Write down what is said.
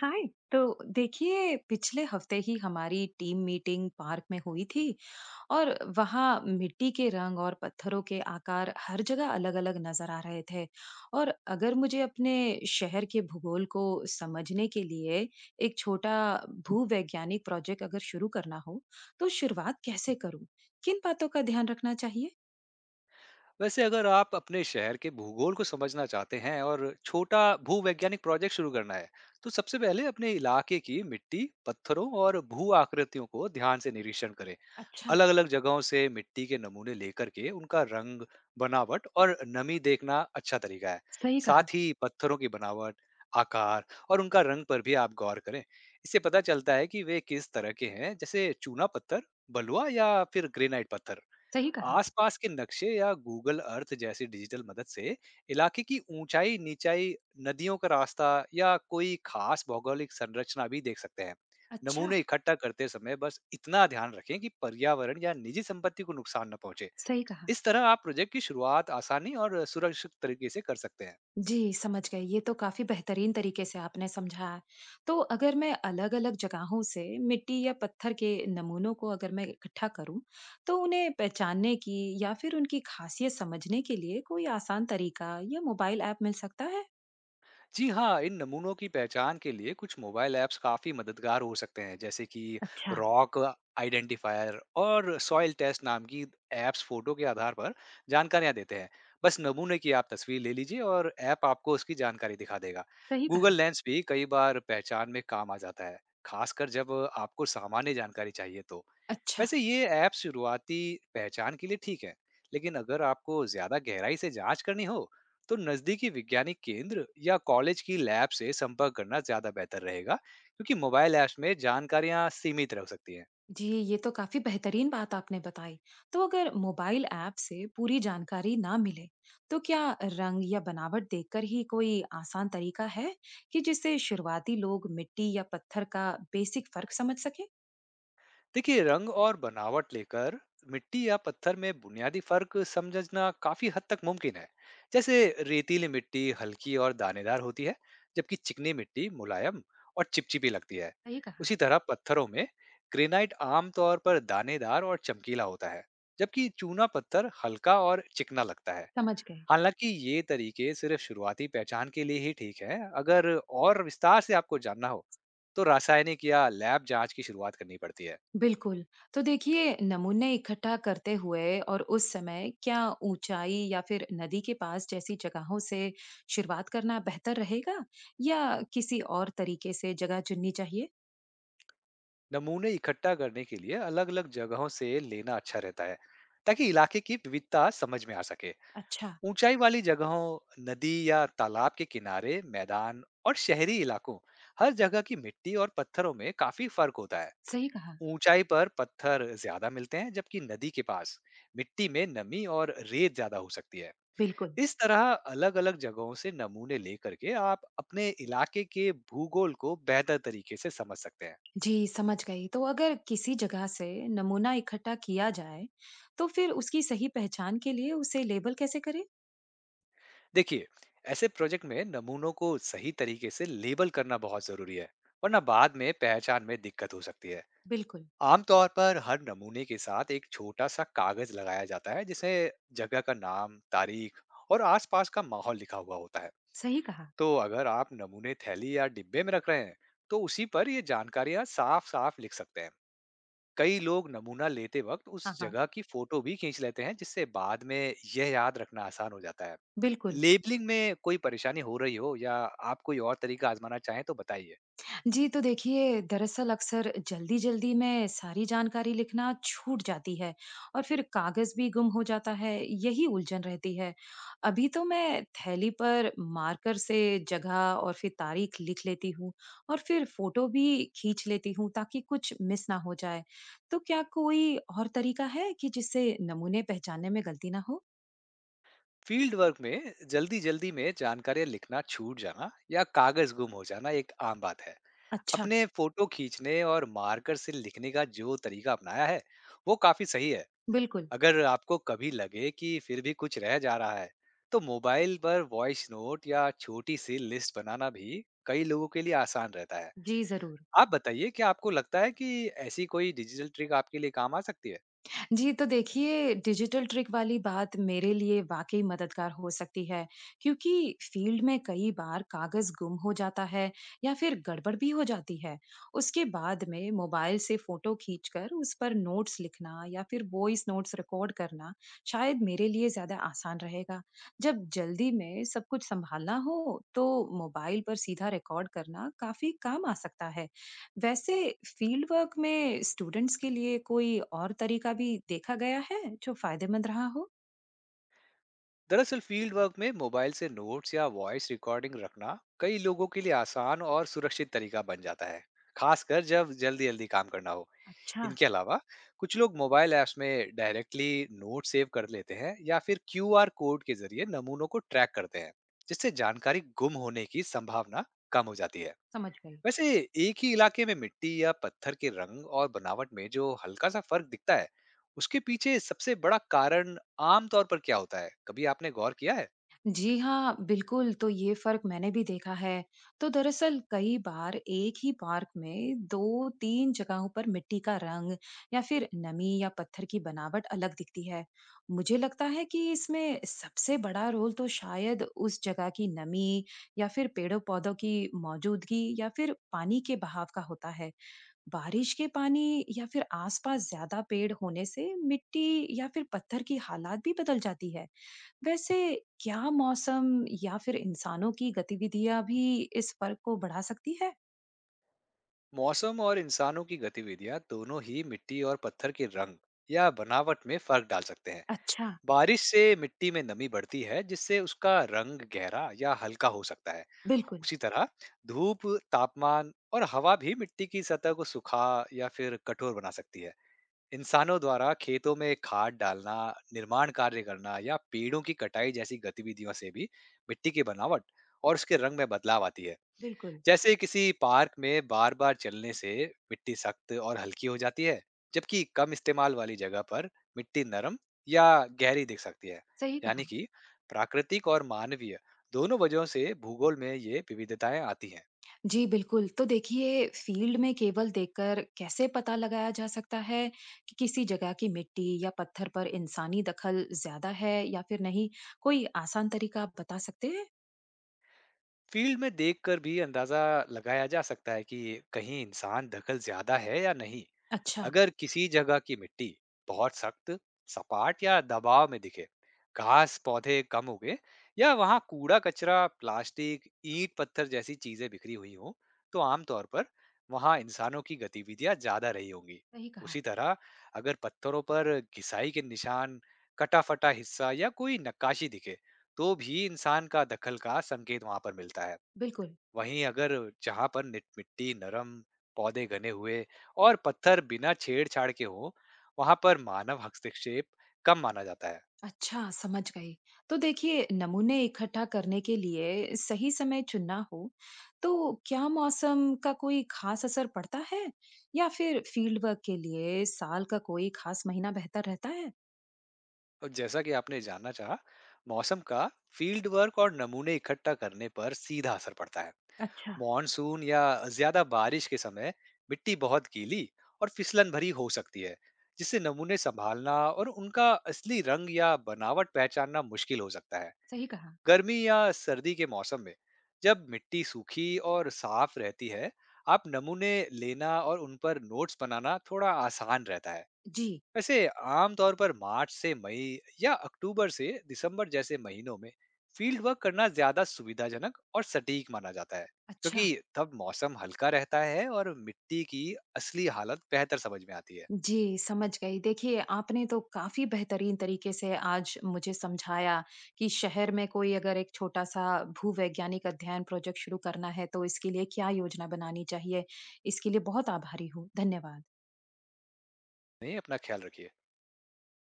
हाय। तो देखिए, पिछले हफ्ते ही हमारी टीम मीटिंग पार्क में हुई थी और वहाँ मिट्टी के रंग और पत्थरों के आकार हर जगह अलग-अलग नजर आ रहे थे। और अगर मुझे अपने शहर के भूगोल को समझने के लिए एक छोटा भूवैज्ञानिक प्रोजेक्ट अगर शुरू करना हो, तो शुरुआत कैसे करूँ? किन बातों का ध्यान रखना चाहिए? वैसे अगर आप अपने शहर के भूगोल को समझना चाहते हैं और छोटा भूवैज्ञानिक प्रोजेक्ट शुरू करना है, तो सबसे पहले अपने इलाके की मिट्टी, पत्थरों और भू आकृतियों को ध्यान से निरीक्षण करें। अच्छा। अलग-अलग जगहों से मिट्टी के नमूने लेकर के उनका रंग, बनावट और नमी देखना अच्छा तरीका है। सही कहा। साथ ही पत्थरों की बनावट, आकार और उनका रंग पर भी आप गौर करें। इससे पता चलता है कि वे किस तरह के हैं, जैसे चूना पत्थर, बलुआ या फिर ग्रेनाइट पत्थर। सही कहा। आसपास के नक्शे या गूगल अर्थ जैसी डिजिटल मदद से इलाके की ऊंचाई नीचाई, नदियों का रास्ता या कोई खास भौगोलिक संरचना भी देख सकते हैं। अच्छा। नमूने इकट्ठा करते समय बस इतना ध्यान रखें कि पर्यावरण या निजी संपत्ति को नुकसान न पहुंचे। सही कहा। इस तरह आप प्रोजेक्ट की शुरुआत आसानी और सुरक्षित तरीके से कर सकते हैं। जी, समझ गई। ये तो काफ़ी बेहतरीन तरीके से आपने समझाया। तो अगर मैं अलग-अलग जगहों से मिट्टी या पत्थर के नमूनों को अगर मैं इकट्ठा करूँ, तो उन्हें पहचानने की या फिर उनकी ख़ासियत समझने के लिए कोई आसान तरीका या मोबाइल ऐप मिल सकता है? जी हाँ, इन नमूनों की पहचान के लिए कुछ मोबाइल ऐप्स काफ़ी मददगार हो सकते हैं, जैसे कि अच्छा। रॉक आइडेंटिफायर और सॉइल टेस्ट नाम की ऐप्स फ़ोटो के आधार पर जानकारियाँ देते हैं। बस नमूने की आप तस्वीर ले लीजिए और ऐप आपको उसकी जानकारी दिखा देगा। सही गूगल कहा। लेंस भी कई बार पहचान में काम आ जाता है, खासकर जब आपको सामान्य जानकारी चाहिए तो। अच्छा। वैसे ये ऐप शुरुआती पहचान के लिए ठीक है, लेकिन अगर आपको ज़्यादा गहराई से जांच करनी हो, तो नज़दीकी वैज्ञानिक केंद्र या कॉलेज की लैब से संपर्क करना ज़्यादा बेहतर रहेगा, क्योंकि मोबाइल ऐप्स में जानकारियाँ सीमित रह सकती हैं। जी, ये तो काफी बेहतरीन बात आपने बताई। तो अगर मोबाइल ऐप से पूरी जानकारी ना मिले, तो क्या रंग या बनावट देखकर ही कोई आसान तरीका है कि जिससे शुरुआती लोग मिट्टी या पत्थर का बेसिक फर्क समझ सके? देखिए, रंग और बनावट लेकर मिट्टी या पत्थर में बुनियादी फर्क समझना काफी हद तक मुमकिन है। जैसे रेतीली मिट्टी हल्की और दानेदार होती है, जबकि चिकनी मिट्टी मुलायम और चिपचिपी लगती है। सही कहा। उसी तरह पत्थरों में ग्रेनाइट आमतौर पर दानेदार और चमकीला होता है, जबकि चूना पत्थर हल्का और चिकना लगता है। समझ गए। हालाँकि ये तरीके सिर्फ़ शुरुआती पहचान के लिए ही ठीक है, अगर और विस्तार से आपको जानना हो, तो रासायनिक या लैब जाँच की शुरुआत करनी पड़ती है। बिल्कुल। तो देखिए, नमूने इकट्ठा करते हुए और उस समय क्या ऊंचाई या फिर नदी के पास जैसी जगहों से शुरुआत करना बेहतर रहेगा, या किसी और तरीके से जगह चुननी चाहिए? नमूने इकट्ठा करने के लिए अलग-अलग जगहों से लेना अच्छा रहता है, ताकि इलाके की विविधता समझ में आ सके। अच्छा। ऊंचाई वाली जगहों, नदी या तालाब के किनारे, मैदान और शहरी इलाकों, हर जगह की मिट्टी और पत्थरों में काफ़ी फ़र्क होता है। सही कहा। ऊंचाई पर पत्थर ज़्यादा मिलते हैं, जबकि नदी के पास मिट्टी में नमी और रेत ज़्यादा हो सकती है। बिल्कुल। इस तरह अलग अलग जगहों से नमूने लेकर के आप अपने इलाके के भूगोल को बेहतर तरीके से समझ सकते हैं। जी, समझ गई। तो अगर किसी जगह से नमूना इकट्ठा किया जाए, तो फिर उसकी सही पहचान के लिए उसे लेबल कैसे करें? देखिए, ऐसे प्रोजेक्ट में नमूनों को सही तरीके से लेबल करना बहुत जरूरी है, वरना बाद में पहचान में दिक्कत हो सकती है। बिल्कुल। आमतौर पर हर नमूने के साथ एक छोटा सा कागज लगाया जाता है, जिसे जगह का नाम, तारीख और आसपास का माहौल लिखा हुआ होता है। सही कहा। तो अगर आप नमूने थैली या डिब्बे में रख रहे हैं, तो उसी पर ये जानकारियां साफ साफ लिख सकते हैं। कई लोग नमूना लेते वक्त हाँ, उस हाँ, जगह की फोटो भी खींच लेते हैं, जिससे बाद में यह याद रखना आसान हो जाता है। बिल्कुल। लेबलिंग में कोई परेशानी हो रही हो या आप कोई और तरीका आजमाना चाहें, तो बताइए। जी, तो देखिए, दरअसल अक्सर जल्दी-जल्दी में सारी जानकारी लिखना छूट जाती है और फिर कागज़ भी गुम हो जाता है, यही उलझन रहती है। अभी तो मैं थैली पर मार्कर से जगह और फिर तारीख लिख लेती हूँ और फिर फ़ोटो भी खींच लेती हूँ ताकि कुछ मिस ना हो जाए। तो क्या कोई और तरीका है कि जिससे नमूने पहचानने में गलती ना हो? फील्ड वर्क में जल्दी जल्दी में जानकारी लिखना छूट जाना या कागज गुम हो जाना एक आम बात है। अच्छा। अपने फोटो खींचने और मार्कर से लिखने का जो तरीका अपनाया है, वो काफी सही है। बिल्कुल। अगर आपको कभी लगे कि फिर भी कुछ रह जा रहा है, तो मोबाइल पर वॉइस नोट या छोटी सी लिस्ट बनाना भी कई लोगों के लिए आसान रहता है। जी, ज़रूर। आप बताइए, क्या आपको लगता है कि ऐसी कोई डिजिटल ट्रिक आपके लिए काम आ सकती है? जी, तो देखिए, डिजिटल ट्रिक वाली बात मेरे लिए वाकई मददगार हो सकती है, क्योंकि फील्ड में कई बार कागज़ गुम हो जाता है या फिर गड़बड़ भी हो जाती है। उसके बाद में मोबाइल से फ़ोटो खींचकर उस पर नोट्स लिखना या फिर वॉइस नोट्स रिकॉर्ड करना शायद मेरे लिए ज़्यादा आसान रहेगा। जब जल्दी में सब कुछ सँभालना हो, तो मोबाइल पर सीधा रिकॉर्ड करना काफ़ी काम आ सकता है। वैसे, फील्ड वर्क में स्टूडेंट्स के लिए कोई और तरीका भी देखा गया है जो फायदेमंद रहा हो? दरअसल फील्ड वर्क में मोबाइल से नोट्स या वॉइस रिकॉर्डिंग रखना कई लोगों के लिए आसान और सुरक्षित तरीका बन जाता है, खासकर जब जल्दी-जल्दी काम करना हो। अच्छा। इनके अलावा कुछ लोग मोबाइल ऐप्स में डायरेक्टली नोट सेव कर लेते हैं या फिर क्यूआर कोड के जरिए नमूनों को ट्रैक करते हैं, जिससे जानकारी गुम होने की संभावना कम हो जाती है। समझ गई। वैसे एक ही इलाके में मिट्टी या पत्थर के रंग और बनावट में जो हल्का सा फर्क दिखता है, उसके पीछे सबसे बड़ा कारण आमतौर पर क्या होता है, कभी आपने गौर किया है? जी हाँ, बिल्कुल। तो ये फर्क मैंने भी देखा है। तो दरअसल कई बार एक ही पार्क में दो तीन जगहों पर मिट्टी का रंग या फिर नमी या पत्थर की बनावट अलग दिखती है। मुझे लगता है कि इसमें सबसे बड़ा रोल तो शायद उस जगह की नमी या फिर पेड़ों पौधों की मौजूदगी या फिर पानी के बहाव का होता है। बारिश के पानी या फिर आसपास ज्यादा पेड़ होने से मिट्टी या फिर पत्थर की हालात भी बदल जाती है। वैसे, क्या मौसम या फिर इंसानों की गतिविधियां भी इस फर्क को बढ़ा सकती है? मौसम और इंसानों की गतिविधियां दोनों ही मिट्टी और पत्थर के रंग या बनावट में फर्क डाल सकते हैं। अच्छा। बारिश से मिट्टी में नमी बढ़ती है, जिससे उसका रंग गहरा या हल्का हो सकता है। बिल्कुल। उसी तरह धूप, तापमान और हवा भी मिट्टी की सतह को सुखा या फिर कठोर बना सकती है। इंसानों द्वारा खेतों में खाद डालना, निर्माण कार्य करना या पेड़ों की कटाई जैसी गतिविधियों से भी मिट्टी की बनावट और उसके रंग में बदलाव आती है। बिल्कुल। जैसे किसी पार्क में बार बार चलने से मिट्टी सख्त और हल्की हो जाती है, जबकि कम इस्तेमाल वाली जगह पर मिट्टी नरम या गहरी दिख सकती है। सही कहा। यानी कि प्राकृतिक और मानवीय, दोनों वजहों से भूगोल में ये विविधताएं आती हैं। जी, बिल्कुल। तो देखिए, फील्ड में केवल देखकर कैसे पता लगाया जा सकता है कि किसी जगह की मिट्टी या पत्थर पर इंसानी दखल ज्यादा है या फिर नहीं? कोई आसान तरीका आप बता सकते हैं? फील्ड में देखकर भी अंदाजा लगाया जा सकता है कि कहीं इंसान दखल ज्यादा है या नहीं। अच्छा। अगर किसी जगह की मिट्टी बहुत सख्त, सपाट या दबाव में दिखे, घास पौधे कम उगे या वहां कूड़ा कचरा, प्लास्टिक, ईंट पत्थर जैसी चीजें बिखरी हुई हों, तो आमतौर पर वहां इंसानों की गतिविधियां ज्यादा रही होंगी। सही कहा। उसी तरह अगर पत्थरों पर घिसाई के निशान, कटा फटा हिस्सा या कोई नक्काशी दिखे, तो भी इंसान का दखल का संकेत वहां पर मिलता है। बिल्कुल। वहीं अगर जहाँ पर निट मिट्टी नरम, पौधे घने हुए और पत्थर बिना छेड़छाड़ के हो, वहां पर मानव हस्तक्षेप कम माना जाता है। अच्छा, समझ गई। तो देखिए, नमूने इकट्ठा करने के लिए सही समय चुनना हो, तो क्या मौसम का कोई खास असर पड़ता है? या फिर फील्ड वर्क के लिए साल का कोई खास महीना बेहतर रहता है? और जैसा कि आपने जानना चाहा, मौसम का फील्ड वर्क और नमूने इकट्ठा करने पर सीधा असर पड़ता है। अच्छा। मॉनसून या ज्यादा बारिश के समय मिट्टी बहुत गीली और फिसलन भरी हो सकती है, जिससे नमूने संभालना और उनका असली रंग या बनावट पहचानना मुश्किल हो सकता है। सही कहा। गर्मी या सर्दी के मौसम में जब मिट्टी सूखी और साफ रहती है, आप नमूने लेना और उन पर नोट्स बनाना थोड़ा आसान रहता है। जी। वैसे आमतौर पर मार्च से मई या अक्टूबर से दिसंबर जैसे महीनों में फील्ड वर्क करना ज्यादा सुविधाजनक और सटीक माना जाता है, अच्छा। क्योंकि तब मौसम हल्का रहता है और मिट्टी की असली हालत बेहतर समझ में आती है। जी, समझ गई। देखिए, आपने तो काफ़ी बेहतरीन तरीके से आज मुझे समझाया कि शहर में कोई अगर एक छोटा-सा भूवैज्ञानिक अध्ययन प्रोजेक्ट शुरू करना है, तो इसके लिए क्या योजना बनानी चाहिए। इसके लिए बहुत आभारी हूँ। धन्यवाद। नहीं, अपना ख्याल रखिए।